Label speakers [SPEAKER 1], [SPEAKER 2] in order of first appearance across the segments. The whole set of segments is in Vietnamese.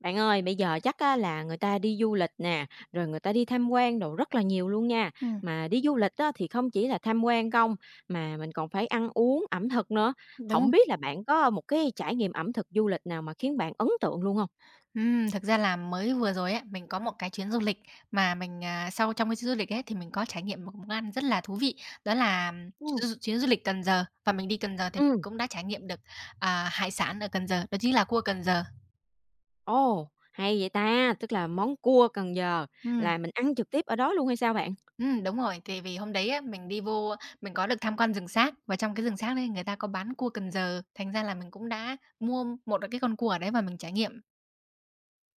[SPEAKER 1] Bạn ơi, bây giờ chắc á là người ta đi du lịch nè, rồi người ta đi tham quan đồ rất là nhiều luôn nha.
[SPEAKER 2] Ừm,
[SPEAKER 1] Mà đi du lịch á thì không chỉ là tham quan không, mà mình còn phải ăn uống, ẩm thực nữa.
[SPEAKER 2] đúng
[SPEAKER 1] Không
[SPEAKER 2] rồi.
[SPEAKER 1] biết là bạn có một cái trải nghiệm ẩm thực du lịch nào mà khiến bạn ấn tượng luôn không?
[SPEAKER 2] Thực ra là mới vừa rồi ấy, mình có một cái chuyến du lịch mà sau trong cái chuyến du lịch ấy thì mình có trải nghiệm một món ăn rất là thú vị, đó là
[SPEAKER 1] Ừ.
[SPEAKER 2] chuyến du lịch Cần Giờ. Và mình đi Cần Giờ thì mình
[SPEAKER 1] Ừm.
[SPEAKER 2] cũng đã trải nghiệm được, hải sản ở Cần Giờ, đó chính là cua Cần Giờ.
[SPEAKER 1] Ồ, hay vậy ta! Tức là món cua Cần Giờ
[SPEAKER 2] Ừm,
[SPEAKER 1] là mình ăn trực tiếp ở đó luôn hay sao bạn?
[SPEAKER 2] đúng rồi, thì vì hôm đấy á, mình đi vô mình có được tham quan rừng Sác và trong cái rừng Sác đấy người ta có bán cua Cần Giờ, thành ra là mình cũng đã mua một cái con cua ở đấy và mình trải nghiệm.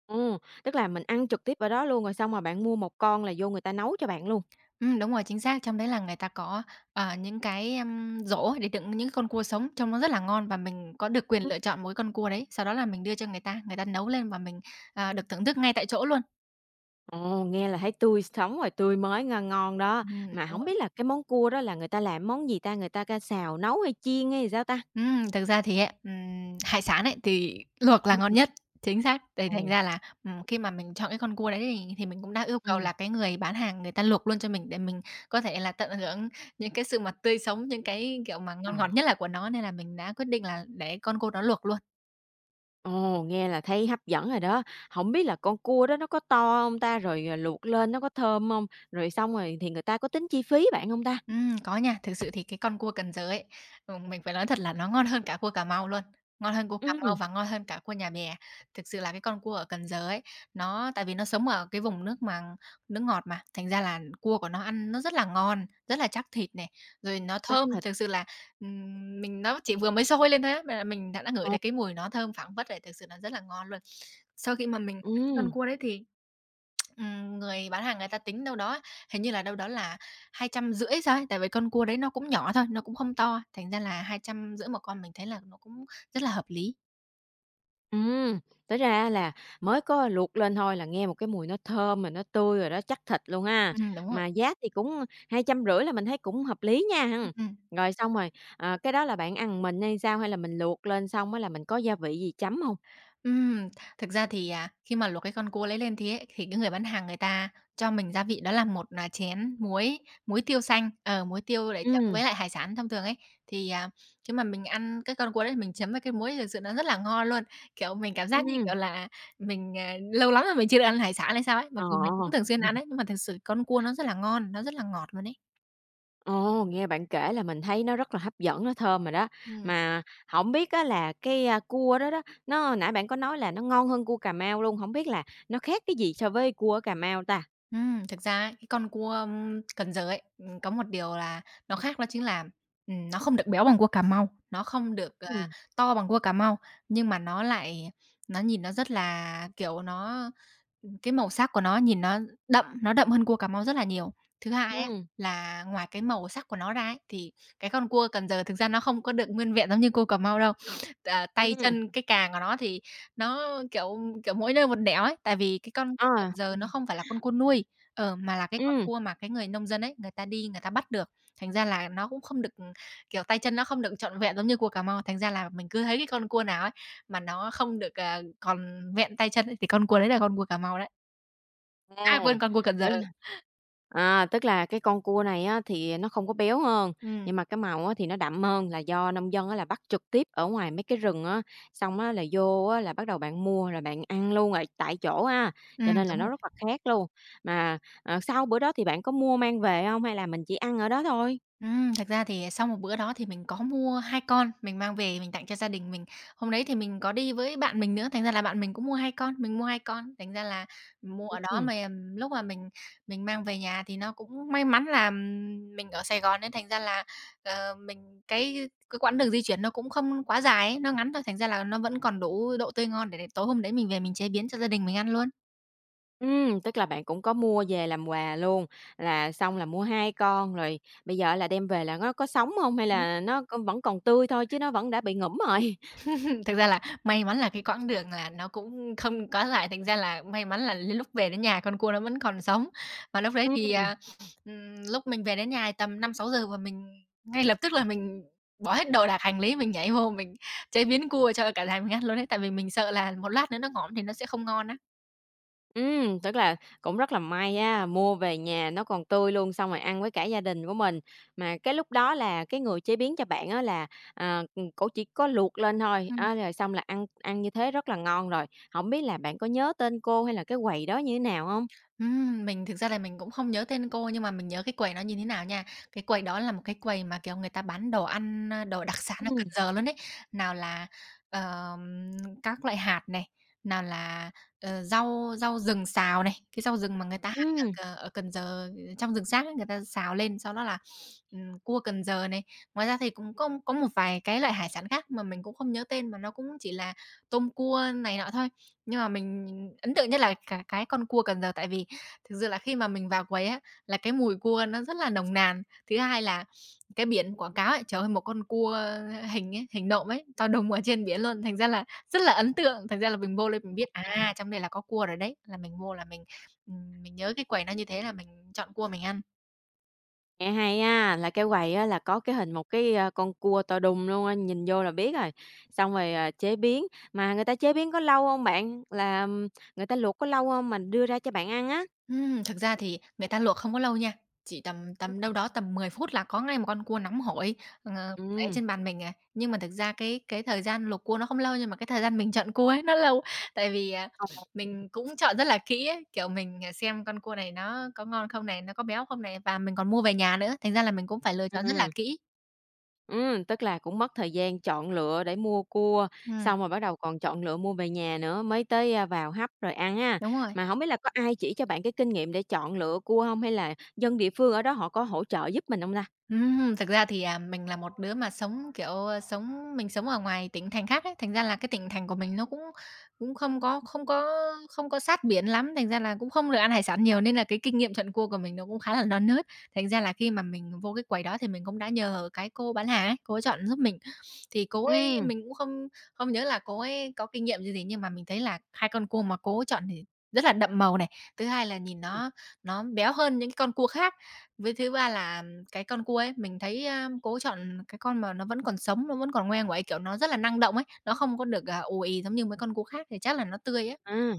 [SPEAKER 1] Ừ, tức là mình ăn trực tiếp ở đó luôn, rồi xong mà bạn mua một con là vô người ta nấu cho bạn luôn?
[SPEAKER 2] Đúng rồi, chính xác. Trong đấy là người ta có, những cái giỗ để đựng những con cua sống, trông nó rất là ngon và mình có được quyền lựa chọn mỗi con cua đấy. Sau đó là mình đưa cho người ta nấu lên và mình được thưởng thức ngay tại chỗ luôn.
[SPEAKER 1] Ồ, nghe là thấy tươi sống rồi tươi mới ngon ngon đó.
[SPEAKER 2] Ừm.
[SPEAKER 1] Mà
[SPEAKER 2] Đúng
[SPEAKER 1] không
[SPEAKER 2] rồi.
[SPEAKER 1] biết là cái món cua đó là người ta làm món gì ta? Người ta ca xào, nấu hay chiên hay sao ta?
[SPEAKER 2] Thực ra thì ấy, hải sản ấy, thì luộc là ngon
[SPEAKER 1] Ừm.
[SPEAKER 2] nhất, chính xác. Thì thành
[SPEAKER 1] Ồ.
[SPEAKER 2] ra là, khi mà mình chọn cái con cua đấy thì mình cũng đã yêu cầu
[SPEAKER 1] Ừm.
[SPEAKER 2] là cái người bán hàng người ta luộc luôn cho mình để mình có thể là tận hưởng những cái sự mà tươi sống, những cái, kiểu, mà
[SPEAKER 1] Ờ.
[SPEAKER 2] ngon ngọt nhất là của nó, nên là mình đã quyết định là để con cua đó luộc luôn.
[SPEAKER 1] Ồ, nghe là thấy hấp dẫn rồi đó. Không biết là con cua đó nó có to không ta? Rồi, luộc lên nó có thơm không? Rồi xong rồi thì người ta có tính chi phí bạn không ta?
[SPEAKER 2] Có nha. Thực sự thì cái con cua Cần Giờ ấy, mình phải nói thật là nó ngon hơn cả cua Cà Mau luôn, ngon hơn cua Cà Mau
[SPEAKER 1] Ừm,
[SPEAKER 2] và ngon hơn cả cua nhà bè. Thực sự là cái con cua ở Cần Giờ ấy, nó tại vì nó sống ở cái vùng nước mà nước ngọt mà, thành ra là cua của nó ăn nó rất là ngon, rất là chắc thịt này, rồi nó
[SPEAKER 1] chắc
[SPEAKER 2] thơm.
[SPEAKER 1] thịt.
[SPEAKER 2] Thực sự là, mình nó chỉ vừa mới sôi lên thôi á, mà mình đã ngửi
[SPEAKER 1] Ờ.
[SPEAKER 2] thấy cái mùi nó thơm phảng phất này thực sự là rất là ngon luôn. Sau khi mà mình ăn con
[SPEAKER 1] Ừm.
[SPEAKER 2] cua đấy thì người bán hàng người ta tính đâu đó, hình như là đâu đó là 250 thì sao ấy, tại vì con cua đấy nó cũng nhỏ thôi, nó cũng không to, thành ra là 250 một con mình thấy là nó cũng rất là hợp lý.
[SPEAKER 1] Ừm, tới ra là mới có luộc lên thôi là nghe một cái mùi nó thơm mà nó tươi rồi đó, chắc thịt luôn ha.
[SPEAKER 2] Đúng rồi.
[SPEAKER 1] Mà giá thì cũng 250 là mình thấy cũng hợp lý nha ha.
[SPEAKER 2] Ừm.
[SPEAKER 1] Rồi xong rồi, cái đó là bạn ăn mình hay sao? Hay là mình luộc lên xong á là mình có gia vị gì chấm không?
[SPEAKER 2] Ừm, Thực ra thì, khi mà luộc cái con cua lấy lên thế ấy, thì cái người bán hàng người ta cho mình gia vị đó là một, là chén muối muối tiêu xanh, muối tiêu để chấm
[SPEAKER 1] Ừ.
[SPEAKER 2] với lại hải sản thông thường ấy. Thì, khi mà mình ăn cái con cua đấy mình chấm với cái muối thực sự nó rất là ngon luôn. Kiểu, mình cảm giác như
[SPEAKER 1] Ừ.
[SPEAKER 2] kiểu là lâu lắm rồi mình chưa được ăn hải sản hay sao ấy, mặc
[SPEAKER 1] Ờ.
[SPEAKER 2] dù mình cũng thường xuyên ăn ấy, nhưng mà thực sự con cua nó rất là ngon, nó rất là ngọt luôn ấy.
[SPEAKER 1] Ồ, nghe bạn kể là mình thấy nó rất là hấp dẫn, nó thơm rồi đó.
[SPEAKER 2] Ừm.
[SPEAKER 1] Mà không biết á là cua đó đó, nó nãy bạn có nói là nó ngon hơn cua Cà Mau luôn, không biết là nó khác cái gì so với cua ở Cà Mau ta?
[SPEAKER 2] Thực ra ấy, cái con cua, Cần Giờ ấy, có một điều là nó khác đó chính là, nó không được béo bằng cua Cà Mau, nó không được,
[SPEAKER 1] Ừ.
[SPEAKER 2] to bằng cua Cà Mau, nhưng mà nó lại nó nhìn nó rất là, kiểu, nó cái màu sắc của nó nhìn nó đậm hơn cua Cà Mau rất là nhiều. Thứ hai á,
[SPEAKER 1] Ừ.
[SPEAKER 2] là ngoài cái màu sắc của nó ra ấy, thì cái con cua Cần Giờ thực ra nó không có được nguyên vẹn giống như cua Cà Mau đâu. Tay
[SPEAKER 1] Ừm.
[SPEAKER 2] chân, cái càng của nó thì nó, kiểu, kiểu, mỗi nơi một nẻo ấy, tại vì cái con cua Cần
[SPEAKER 1] à,
[SPEAKER 2] Giờ nó
[SPEAKER 1] Ừm.
[SPEAKER 2] không phải là con cua nuôi, mà là cái con
[SPEAKER 1] Ừm.
[SPEAKER 2] cua mà cái người nông dân ấy, người ta đi người ta bắt được. Thành ra là nó cũng không được, kiểu, tay chân nó không được trọn vẹn giống như cua Cà Mau, thành ra là mình cứ thấy cái con cua nào ấy mà nó không được, còn vẹn tay chân ấy thì con cua đấy là con cua Cà Mau đấy. À,
[SPEAKER 1] ồ,
[SPEAKER 2] quên, con cua Cần Giờ.
[SPEAKER 1] tức là tức là cái con cua này á thì nó không có béo hơn,
[SPEAKER 2] Ừm,
[SPEAKER 1] nhưng mà cái màu á thì nó đậm hơn là do nông dân á là bắt trực tiếp ở ngoài mấy cái rừng á, xong á là vô á là bắt đầu bạn mua rồi bạn ăn luôn ở tại chỗ ha, cho nên là
[SPEAKER 2] đúng
[SPEAKER 1] nó
[SPEAKER 2] rồi.
[SPEAKER 1] rất là khác luôn. Mà, sau bữa đó thì bạn có mua mang về không hay là mình chỉ ăn ở đó thôi?
[SPEAKER 2] Thật ra thì sau một bữa đó thì mình có mua 2 con, mình mang về mình tặng cho gia đình mình. Hôm đấy thì mình có đi với bạn mình nữa, thành ra là bạn mình cũng mua 2 con, mình mua 2 con, thành ra là mua ở đó
[SPEAKER 1] Ừm.
[SPEAKER 2] mà, lúc mà mình mang về nhà thì nó cũng may mắn là, mình ở Sài Gòn nên thành ra là, mình cái quãng đường di chuyển nó cũng không quá dài ấy, nó ngắn thôi, thành ra là nó vẫn còn đủ độ tươi ngon để tối hôm đấy mình về mình chế biến cho gia đình mình ăn luôn.
[SPEAKER 1] Tức là bạn cũng có mua về làm quà luôn, là xong là mua 2 con rồi bây giờ là đem về là nó có sống hông hay là nó c vẫn còn tươi thôi chứ nó vẫn đã bị ngủm rồi?
[SPEAKER 2] Thực ra là may mắn là cái quãng đường là nó cũng không có dài, thành ra là may mắn là lúc về đến nhà con cua nó vẫn còn sống. Và lúc đấy thì,
[SPEAKER 1] Ừm.
[SPEAKER 2] lúc mình về đến nhà tầm năm sáu giờ và mình ngay lập tức là mình bỏ hết đồ đạc hành lý, mình nhảy vô mình chế biến cua cho cả nhà mình ăn luôn đấy tại vì mình sợ là một lát nữa nó ngõm thì nó sẽ không ngon á.
[SPEAKER 1] Ừm, tức là cũng rất là may á, mua về nhà nó còn tươi luôn, xong rồi ăn với cả gia đình của mình. Mà cái lúc đó là cái người chế biến cho bạn á là, cổ chỉ có luộc lên thôi, á, rồi xong là ăn ăn như thế rất là ngon rồi. Hổng biết là bạn có nhớ tên cô hay là cái quầy đó như thế nào hông?
[SPEAKER 2] Mình thực ra là mình cũng không nhớ tên cô nhưng mà mình nhớ cái quầy đó như thế nào nha. Cái quầy đó là một cái quầy mà, kiểu, người ta bán đồ ăn, đồ đặc sản ở
[SPEAKER 1] Ừm.
[SPEAKER 2] Cần Giờ luôn ấy. Nào là, ờm, các loại hạt này, nào là, rau rau rừng xào này, cái rau rừng mà người ta hái
[SPEAKER 1] Ừm.
[SPEAKER 2] ở Cần Giờ, trong rừng xác ấy, người ta xào lên, sau đó là, cua Cần Giờ này. Ngoài ra thì cũng có một vài cái loại hải sản khác mà mình cũng không nhớ tên, mà nó cũng chỉ là tôm cua này nọ thôi. Nhưng mà mình ấn tượng nhất là cả cái con cua Cần Giờ tại vì thực sự là khi mà mình vào quầy á, là cái mùi cua nó rất là nồng nàn. Thứ hai là cái biển quảng cáo ấy, trời ơi, một con cua hình ấy, hình nộm ấy, to đùng ở trên biển luôn, thành ra là rất là ấn tượng. Thành ra là mình vô lên mình biết, à, trong đây là có cua rồi đấy, là mình vô là mình nhớ cái quầy nó như thế là mình chọn cua mình ăn.
[SPEAKER 1] Nghe hay á, là cái quầy á là có cái hình một con cua to đùng luôn á, nhìn vô là biết rồi, xong rồi, chế biến. Mà người ta chế biến có lâu không bạn? Là, người ta luộc có lâu không mà đưa ra cho bạn ăn á?
[SPEAKER 2] Thực ra thì người ta luộc không có lâu nha, chỉ tầm tầm đâu đó tầm 10 phút là có ngay một con cua nóng hổi, ờ, để
[SPEAKER 1] Ừm.
[SPEAKER 2] trên bàn mình à. Nhưng mà thực ra cái thời gian luộc cua nó không lâu nhưng mà cái thời gian mình chọn cua ấy nó lâu, tại vì, mình cũng chọn rất là kỹ ấy, kiểu, xem con cua này nó có ngon không này, nó có béo không này, và mình còn mua về nhà nữa, thành ra là mình cũng phải lựa chọn rất là
[SPEAKER 1] Ừ.
[SPEAKER 2] kỹ.
[SPEAKER 1] Ừm, tức là cũng mất thời gian chọn lựa để mua cua,
[SPEAKER 2] Ừm,
[SPEAKER 1] xong rồi bắt đầu còn chọn lựa mua về nhà nữa, mới tới, vào hấp rồi ăn ha.
[SPEAKER 2] đúng rồi.
[SPEAKER 1] Mà không biết là có ai chỉ cho bạn cái kinh nghiệm để chọn lựa cua không? Hay là dân địa phương ở đó họ có hỗ trợ giúp mình không ta?
[SPEAKER 2] Thực ra thì, mình là một đứa mà sống, kiểu, mình sống ở ngoài tỉnh thành khác ấy, thành ra là cái tỉnh thành của mình nó cũng cũng không có sát biển lắm, thành ra là cũng không được ăn hải sản nhiều nên là cái kinh nghiệm thuận cua của mình nó cũng khá là non nớt. Thành ra là khi mà mình vô cái quầy đó thì mình cũng đã nhờ cái cô bán hàng ấy, cô ấy chọn giúp mình. Thì cô
[SPEAKER 1] Ừ.
[SPEAKER 2] ấy mình cũng không không nhớ là cô ấy có kinh nghiệm gì gì, nhưng mà mình thấy là hai con cua mà cô ấy chọn thì rất là đậm màu này, thứ hai là nhìn nó béo hơn những cái con cua khác, với thứ ba là cái con cua ấy, mình thấy, cố chọn cái con mà nó vẫn còn sống, nó vẫn còn ngoe nguậy, kiểu, nó rất là năng động ấy, nó không có được, ù ì giống như mấy con cua khác thì chắc là nó tươi á.
[SPEAKER 1] À.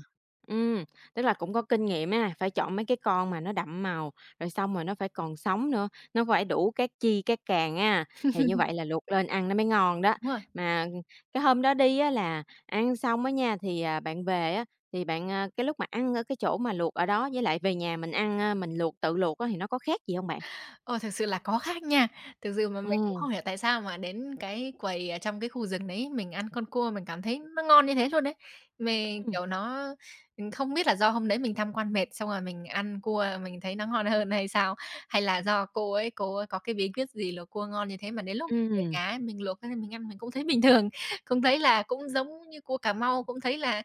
[SPEAKER 1] Ừm, tức là cũng có kinh nghiệm ha, phải chọn mấy cái con mà nó đậm màu, rồi xong rồi nó phải còn sống nữa, nó phải đủ các chi các càng á, thì như vậy là luộc lên ăn nó mới ngon đó.
[SPEAKER 2] Đúng rồi.
[SPEAKER 1] Mà cái hôm đó đi á là ăn xong á nha, thì, bạn về á, thì bạn, cái lúc mà ăn ở cái chỗ mà luộc ở đó với lại về nhà mình ăn, mình luộc tự luộc á thì nó có khác gì không bạn?
[SPEAKER 2] Ờ, Thực sự là có khác nha. Thực sự mà
[SPEAKER 1] Ồ.
[SPEAKER 2] mình cũng không hiểu tại sao mà đến cái quầy, trong cái khu rừng đấy mình ăn con cua mình cảm thấy nó ngon như thế luôn đấy. Mình,
[SPEAKER 1] Ừm.
[SPEAKER 2] kiểu, nó Không biết là do hôm đấy mình tham quan mệt, xong rồi mình ăn cua mình thấy nó ngon hơn hay sao? Hay là do cô ấy có cái bí quyết gì luộc cua ngon như thế mà đến lúc mình về
[SPEAKER 1] Ừm.
[SPEAKER 2] nhà ấy, mình luộc lên mình ăn mình cũng thấy bình thường, cũng thấy là cũng giống như cua Cà Mau, cũng thấy là,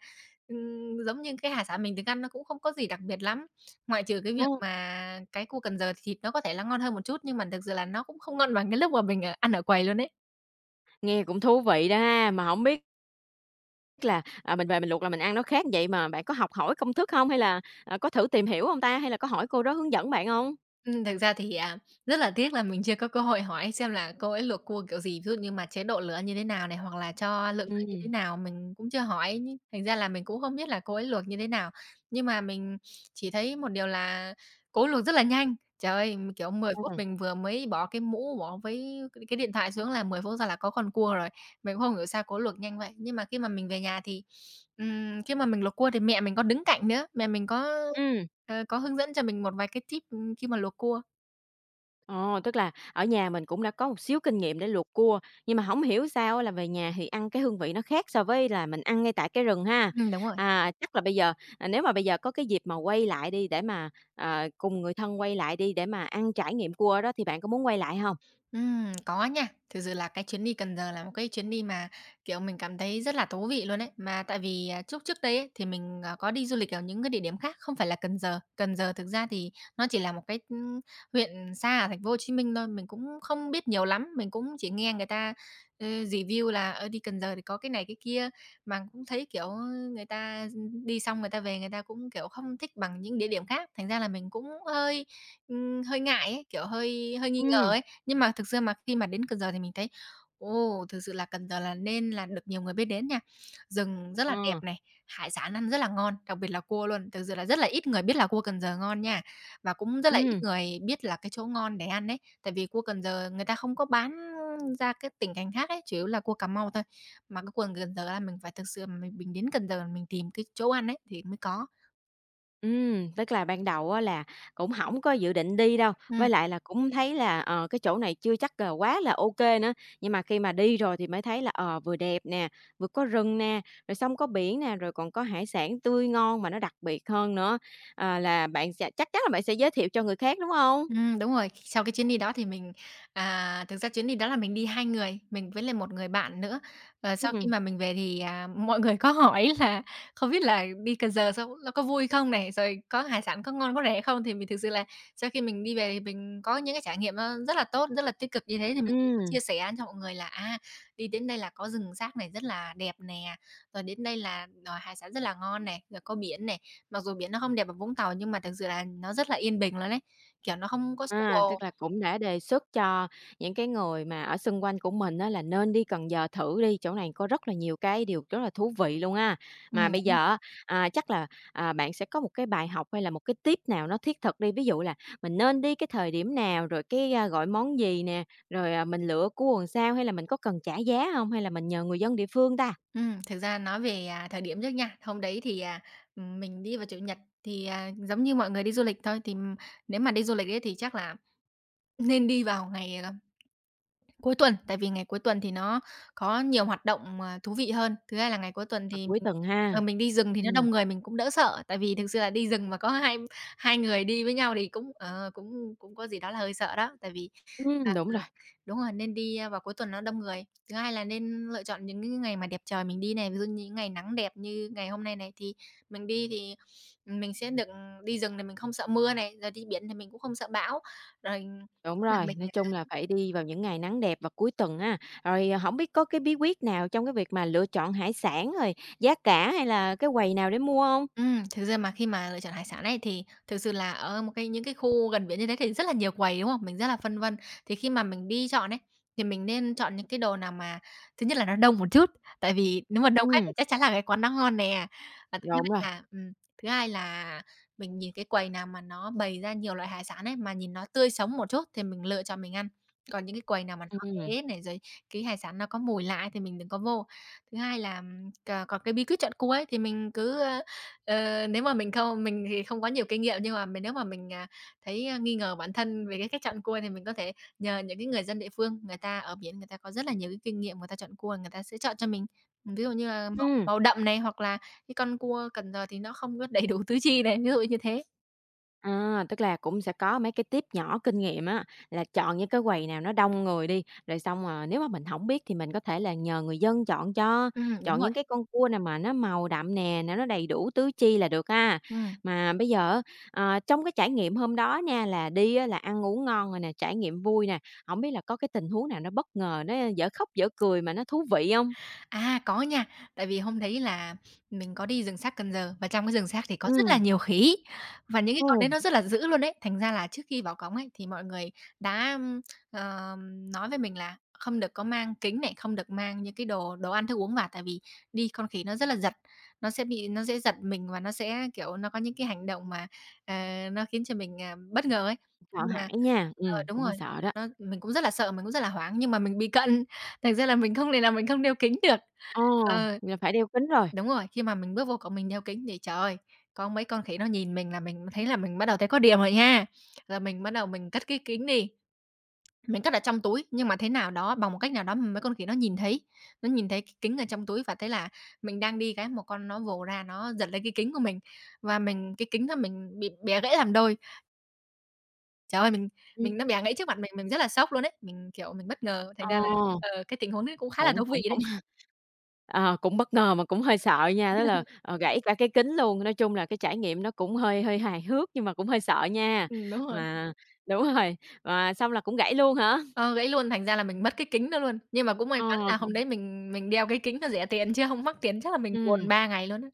[SPEAKER 2] ừm, giống như cái hải sản mình từng ăn nó cũng không có gì đặc biệt lắm. Ngoại trừ cái việc
[SPEAKER 1] Ồ,
[SPEAKER 2] mà cái cua Cần Giờ thì thịt nó có thể là ngon hơn một chút, nhưng mà thực sự là nó cũng không ngon bằng cái lúc mà mình, ăn ở quầy luôn ấy.
[SPEAKER 1] nghe cũng thú vị đó ha, mà không biết là, mình về mình luộc là mình ăn nó khác vậy mà bạn có học hỏi công thức hông? Hay là, có thử tìm hiểu hông ta? Hay là có hỏi cô đó hướng dẫn bạn hông?
[SPEAKER 2] Thực ra thì, rất là tiếc là mình chưa có cơ hội hỏi xem là cô ấy luộc cua kiểu gì, ví dụ như mà chế độ lửa như thế nào này, hoặc là cho lượng
[SPEAKER 1] Ừm.
[SPEAKER 2] nước như thế
[SPEAKER 1] Ừm.
[SPEAKER 2] nào mình cũng chưa hỏi, thành ra là mình cũng không biết là cô ấy luộc như thế nào. Nhưng mà mình chỉ thấy một điều là cô ấy luộc rất là nhanh. Trời ơi, kiểu, 10 phút mình vừa mới bỏ cái mũ, bỏ với cái điện thoại xuống là 10 phút sau là có con cua rồi. Mình cũng không hiểu sao cô ấy luộc nhanh vậy. Nhưng mà khi mà mình về nhà thì, khi mà mình luộc cua thì mẹ mình có đứng cạnh nữa, mẹ mình có
[SPEAKER 1] Ừm.
[SPEAKER 2] Ờ, có hướng dẫn cho mình một vài cái tip, khi mà luộc cua.
[SPEAKER 1] Ồ, tức là ở nhà mình cũng đã có một xíu kinh nghiệm để luộc cua, nhưng mà hổng hiểu sao á là về nhà thì ăn cái hương vị nó khác so với là mình ăn ngay tại cái rừng ha.
[SPEAKER 2] Đúng rồi.
[SPEAKER 1] À, chắc là bây giờ, nếu mà bây giờ có cái dịp mà quay lại đi để mà, cùng người thân quay lại đi để mà ăn trải nghiệm cua đó thì bạn có muốn quay lại hông?
[SPEAKER 2] Có nha. Thực sự là cái chuyến đi Cần Giờ là một cái chuyến đi mà, kiểu, mình cảm thấy rất là thú vị luôn ấy. Mà tại vì, trước trước đây ấy, thì mình, có đi du lịch ở những cái địa điểm khác, không phải là Cần Giờ. Cần Giờ thực ra thì nó chỉ là một cái, huyện xa ở thành phố Hồ Chí Minh thôi, mình cũng không biết nhiều lắm, mình cũng chỉ nghe người ta, review là, ở đi Cần Giờ thì có cái này cái kia, mà cũng thấy, kiểu, người ta đi xong người ta về người ta cũng, kiểu, không thích bằng những địa điểm khác, thành ra là mình cũng hơi, hơi ngại ấy, kiểu, hơi hơi nghi ngờ
[SPEAKER 1] Ừm.
[SPEAKER 2] ấy. Nhưng mà thực sự mà khi mà đến Cần Giờ thì mình thấy, ồ, thực sự là Cần Giờ là nên là được nhiều người biết đến nha. Rừng rất là đẹp
[SPEAKER 1] Ờ.
[SPEAKER 2] này, hải sản ăn rất là ngon, đặc biệt là cua luôn, thực sự là rất là ít người biết là cua Cần Giờ ngon nha. Và cũng rất là ít
[SPEAKER 1] Ừm.
[SPEAKER 2] người biết là cái chỗ ngon để ăn đấy. Tại vì cua Cần Giờ người ta không có bán ra cái tỉnh thành khác ấy, chủ yếu là cua Cà Mau thôi. Mà cái quần Cần Giờ là mình phải thực sự mà mình đến Cần Giờ mình tìm cái chỗ ăn ấy thì mới có.
[SPEAKER 1] Tức là ban đầu á là cũng hổng có dự định đi đâu,
[SPEAKER 2] Ừm,
[SPEAKER 1] với lại là cũng thấy là, cái chỗ này chưa chắc là quá là ô kê nữa, nhưng mà khi mà đi rồi thì mới thấy là, vừa đẹp nè, vừa có rừng nè, rồi xong có biển nè, rồi còn có hải sản tươi ngon mà nó đặc biệt hơn nữa, là bạn sẽ chắc chắn là bạn sẽ giới thiệu cho người khác, đúng hông?
[SPEAKER 2] đúng rồi. Sau cái chuyến đi đó thì mình, thực ra chuyến đi đó là mình đi 2 người, mình với lại một người bạn nữa. Ờ, sau khi
[SPEAKER 1] Ừm.
[SPEAKER 2] mà mình về thì, mọi người có hỏi là không biết là đi Cần Giờ sao nó có vui không này, rồi có hải sản có ngon, có rẻ không? Thì mình thực sự là sau khi mình đi về thì mình có những cái trải nghiệm nó rất là tốt, rất là tích cực như thế thì mình cũng có
[SPEAKER 1] Ừm.
[SPEAKER 2] chia sẻ cho mọi người là, đi đến đây là có rừng rác này rất là đẹp nè, rồi đến đây là, hải sản rất là ngon này, rồi có biển này, mặc dù biển nó không đẹp bằng Vũng Tàu nhưng mà thực sự là nó rất là yên bình luôn đấy kiểu, nó không có xô
[SPEAKER 1] À, tức
[SPEAKER 2] bồ.
[SPEAKER 1] là cũng đã đề xuất cho những cái người mà ở xung quanh của mình á là nên đi Cần Giờ thử đi, chỗ này có rất là nhiều cái điều rất là thú vị luôn á. Mà bây
[SPEAKER 2] Đúng
[SPEAKER 1] giờ
[SPEAKER 2] rồi.
[SPEAKER 1] á, à, chắc là, bạn sẽ có một cái bài học hay là một cái tip nào nó thiết thực đi, ví dụ là mình nên đi cái thời điểm nào, rồi gọi món gì nè, rồi, mình lựa cua làm sao, hay là mình có cần trả giá không hay là mình nhờ người dân địa phương ta?
[SPEAKER 2] Thực ra nói về, thời điểm trước nha, hôm đấy thì, mình đi vào Chủ nhật thì, giống như mọi người đi du lịch thôi, nếu mà đi du lịch ấy thì chắc là nên đi vào ngày, cuối tuần, tại vì ngày cuối tuần thì nó có nhiều hoạt động, thú vị hơn. Thứ hai là ngày cuối tuần thì
[SPEAKER 1] À, cuối
[SPEAKER 2] mình,
[SPEAKER 1] tuần
[SPEAKER 2] ờ,
[SPEAKER 1] ha.
[SPEAKER 2] mình đi rừng thì nó
[SPEAKER 1] Ừm.
[SPEAKER 2] đông người mình cũng đỡ sợ, tại vì thực sự là đi rừng mà có hai hai người đi với nhau thì cũng, ờ, cũng cũng có gì đó là hơi sợ đó. Tại vì à,
[SPEAKER 1] Ừm, đúng
[SPEAKER 2] ừ,
[SPEAKER 1] rồi.
[SPEAKER 2] Đúng rồi, nên đi, vào cuối tuần nó đông người. Thứ hai là nên lựa chọn những cái ngày mà đẹp trời mình đi này, ví dụ như những ngày nắng đẹp như ngày hôm nay này thì mình đi thì, mình sẽ được, đi rừng thì mình không sợ mưa này, rồi đi biển thì mình cũng không sợ bão. Rồi
[SPEAKER 1] Đúng
[SPEAKER 2] là
[SPEAKER 1] rồi,
[SPEAKER 2] mình
[SPEAKER 1] nói chung là phải đi vào những ngày nắng đẹp và cuối tuần ha. Rồi, không biết có cái bí quyết nào trong cái việc mà lựa chọn hải sản rồi giá cả hay là cái quầy nào để mua không?
[SPEAKER 2] Thực ra mà khi mà lựa chọn hải sản ấy, thì thực sự là ở một cái những cái khu gần biển như thế thì rất là nhiều quầy, đúng không? Mình rất là phân vân. Thì khi mà mình đi chọn ấy, thì mình nên chọn những cái đồ nào mà thứ nhất là nó đông một chút, tại vì nếu mà đông khách thì
[SPEAKER 1] Ừm,
[SPEAKER 2] chắc chắn là cái quán nó ngon nè. Và thứ
[SPEAKER 1] đúng
[SPEAKER 2] hai
[SPEAKER 1] rồi.
[SPEAKER 2] là Thứ hai là mình nhìn cái quầy nào mà nó bày ra nhiều loại hải sản ấy, mà nhìn nó tươi sống một chút thì mình lựa chọn mình ăn. Còn những cái quầy nào mà nó
[SPEAKER 1] Ừm.
[SPEAKER 2] ế này, rồi cái hải sản nó có mùi lạ ấy thì mình đừng có vô. Thứ hai là, c còn cái bí quyết chọn cua ấy thì mình cứ, nếu mà mình không mình thì không có nhiều kinh nghiệm, nhưng mà mình nếu mà mình, thấy, nghi ngờ bản thân về cái cách chọn cua thì mình có thể nhờ những cái người dân địa phương, người ta ở biển người ta có rất là nhiều cái kinh nghiệm người ta chọn cua, người ta sẽ chọn cho mình. Ví dụ như là màu
[SPEAKER 1] Ừm.
[SPEAKER 2] màu đậm này, hoặc là cái con cua Cần Giờ thì nó không có đầy đủ tứ chi này, ví dụ như thế.
[SPEAKER 1] À, tức là cũng sẽ có mấy cái tip nhỏ kinh nghiệm á, là chọn những cái quầy nào nó đông người đi, rồi xong, nếu mà mình không biết thì mình có thể là nhờ người dân chọn cho,
[SPEAKER 2] Đúng
[SPEAKER 1] chọn
[SPEAKER 2] rồi,
[SPEAKER 1] những cái con cua nào mà nó màu đậm nè, nó đầy đủ tứ chi là được ha.
[SPEAKER 2] ừm.
[SPEAKER 1] Mà bây giờ á, trong cái trải nghiệm hôm đó nha, là đi á là ăn uống ngon rồi nè, trải nghiệm vui nè, không biết là có cái tình huống nào nó bất ngờ, nó dở khóc dở cười mà nó thú vị không?
[SPEAKER 2] À, có nha. Tại vì hôm đấy là mình có đi rừng xác Cần Giờ và trong cái rừng xác thì có rất là
[SPEAKER 1] Ừm.
[SPEAKER 2] nhiều khỉ, và những cái
[SPEAKER 1] Ồ.
[SPEAKER 2] con đấy nó rất là dữ luôn đấy. Thành ra là trước khi vào cổng ấy, thì mọi người đã, ờ, nói với mình là không được có mang kính này, không được mang những cái đồ đồ ăn thức uống vào, tại vì đi con khỉ nó rất là giật, nó sẽ giật mình và nó sẽ, kiểu, nó có những cái hành động mà, ờ, nó khiến cho mình, bất ngờ ấy.
[SPEAKER 1] Sợ
[SPEAKER 2] Nhưng mà
[SPEAKER 1] hãi nha,
[SPEAKER 2] đúng
[SPEAKER 1] cũng
[SPEAKER 2] rồi,
[SPEAKER 1] hơi sợ đó.
[SPEAKER 2] nó mình cũng rất là sợ, mình cũng rất là hoảng, nhưng mà mình bị cận, thành ra là mình không thể nào mình không đeo kính được.
[SPEAKER 1] Ờ,
[SPEAKER 2] Ờ,
[SPEAKER 1] là phải đeo kính rồi.
[SPEAKER 2] đúng rồi, khi mà mình bước vô cổng mình đeo kính thì, trời ơi, có mấy con khỉ nó nhìn mình là mình thấy là mình bắt đầu thấy có điểm rồi nha. Rồi mình bắt đầu mình cất cái kính đi, mình cất ở trong túi, nhưng mà thế nào đó, bằng một cách nào đó mà mấy con khỉ nó nhìn thấy cái kính ở trong túi và thế là mình đang đi cái một con nó vồ ra nó giật lấy cái kính của mình và mình cái kính đó mình bị bẻ gãy làm đôi. Trời ơi, mình
[SPEAKER 1] Ừm.
[SPEAKER 2] mình nó bẻ gãy trước mặt mình rất là sốc luôn đấy mình, kiểu, mình bất ngờ, thành
[SPEAKER 1] Ờ.
[SPEAKER 2] ra là, cái tình huống đấy cũng khá là thú
[SPEAKER 1] Cũng
[SPEAKER 2] vị
[SPEAKER 1] cũng
[SPEAKER 2] đấy.
[SPEAKER 1] cũng ờ, cũng bất ngờ mà cũng hơi sợ nha, đó là, gãy cả cái kính luôn. Nói chung là cái trải nghiệm nó cũng hơi hơi hài hước nhưng mà cũng hơi sợ nha.
[SPEAKER 2] Đúng rồi.
[SPEAKER 1] Mà đúng rồi, và xong là cũng gãy luôn hả?
[SPEAKER 2] Ờ, gãy luôn, thành ra là mình mất cái kính đó luôn. Nhưng mà cũng may mắn
[SPEAKER 1] Ờ,
[SPEAKER 2] là hôm
[SPEAKER 1] cũng
[SPEAKER 2] đấy mình đeo cái kính nó rẻ tiền chứ không mắc tiền chắc là mình buồn
[SPEAKER 1] ừm.
[SPEAKER 2] 3 ngày luôn á.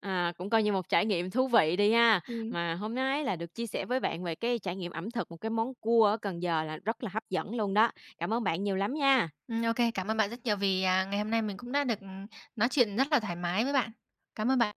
[SPEAKER 1] À, cũng coi như một trải nghiệm thú vị đi ha.
[SPEAKER 2] Ừm.
[SPEAKER 1] Mà hôm nay là được chia sẻ với bạn về cái trải nghiệm ẩm thực một cái món cua ở Cần Giờ là rất là hấp dẫn luôn đó. Cảm ơn bạn nhiều lắm nha.
[SPEAKER 2] Ô kê, cảm ơn bạn rất nhiều vì, ngày hôm nay mình cũng đã được, nói chuyện rất là thoải mái với bạn. Cảm ơn bạn.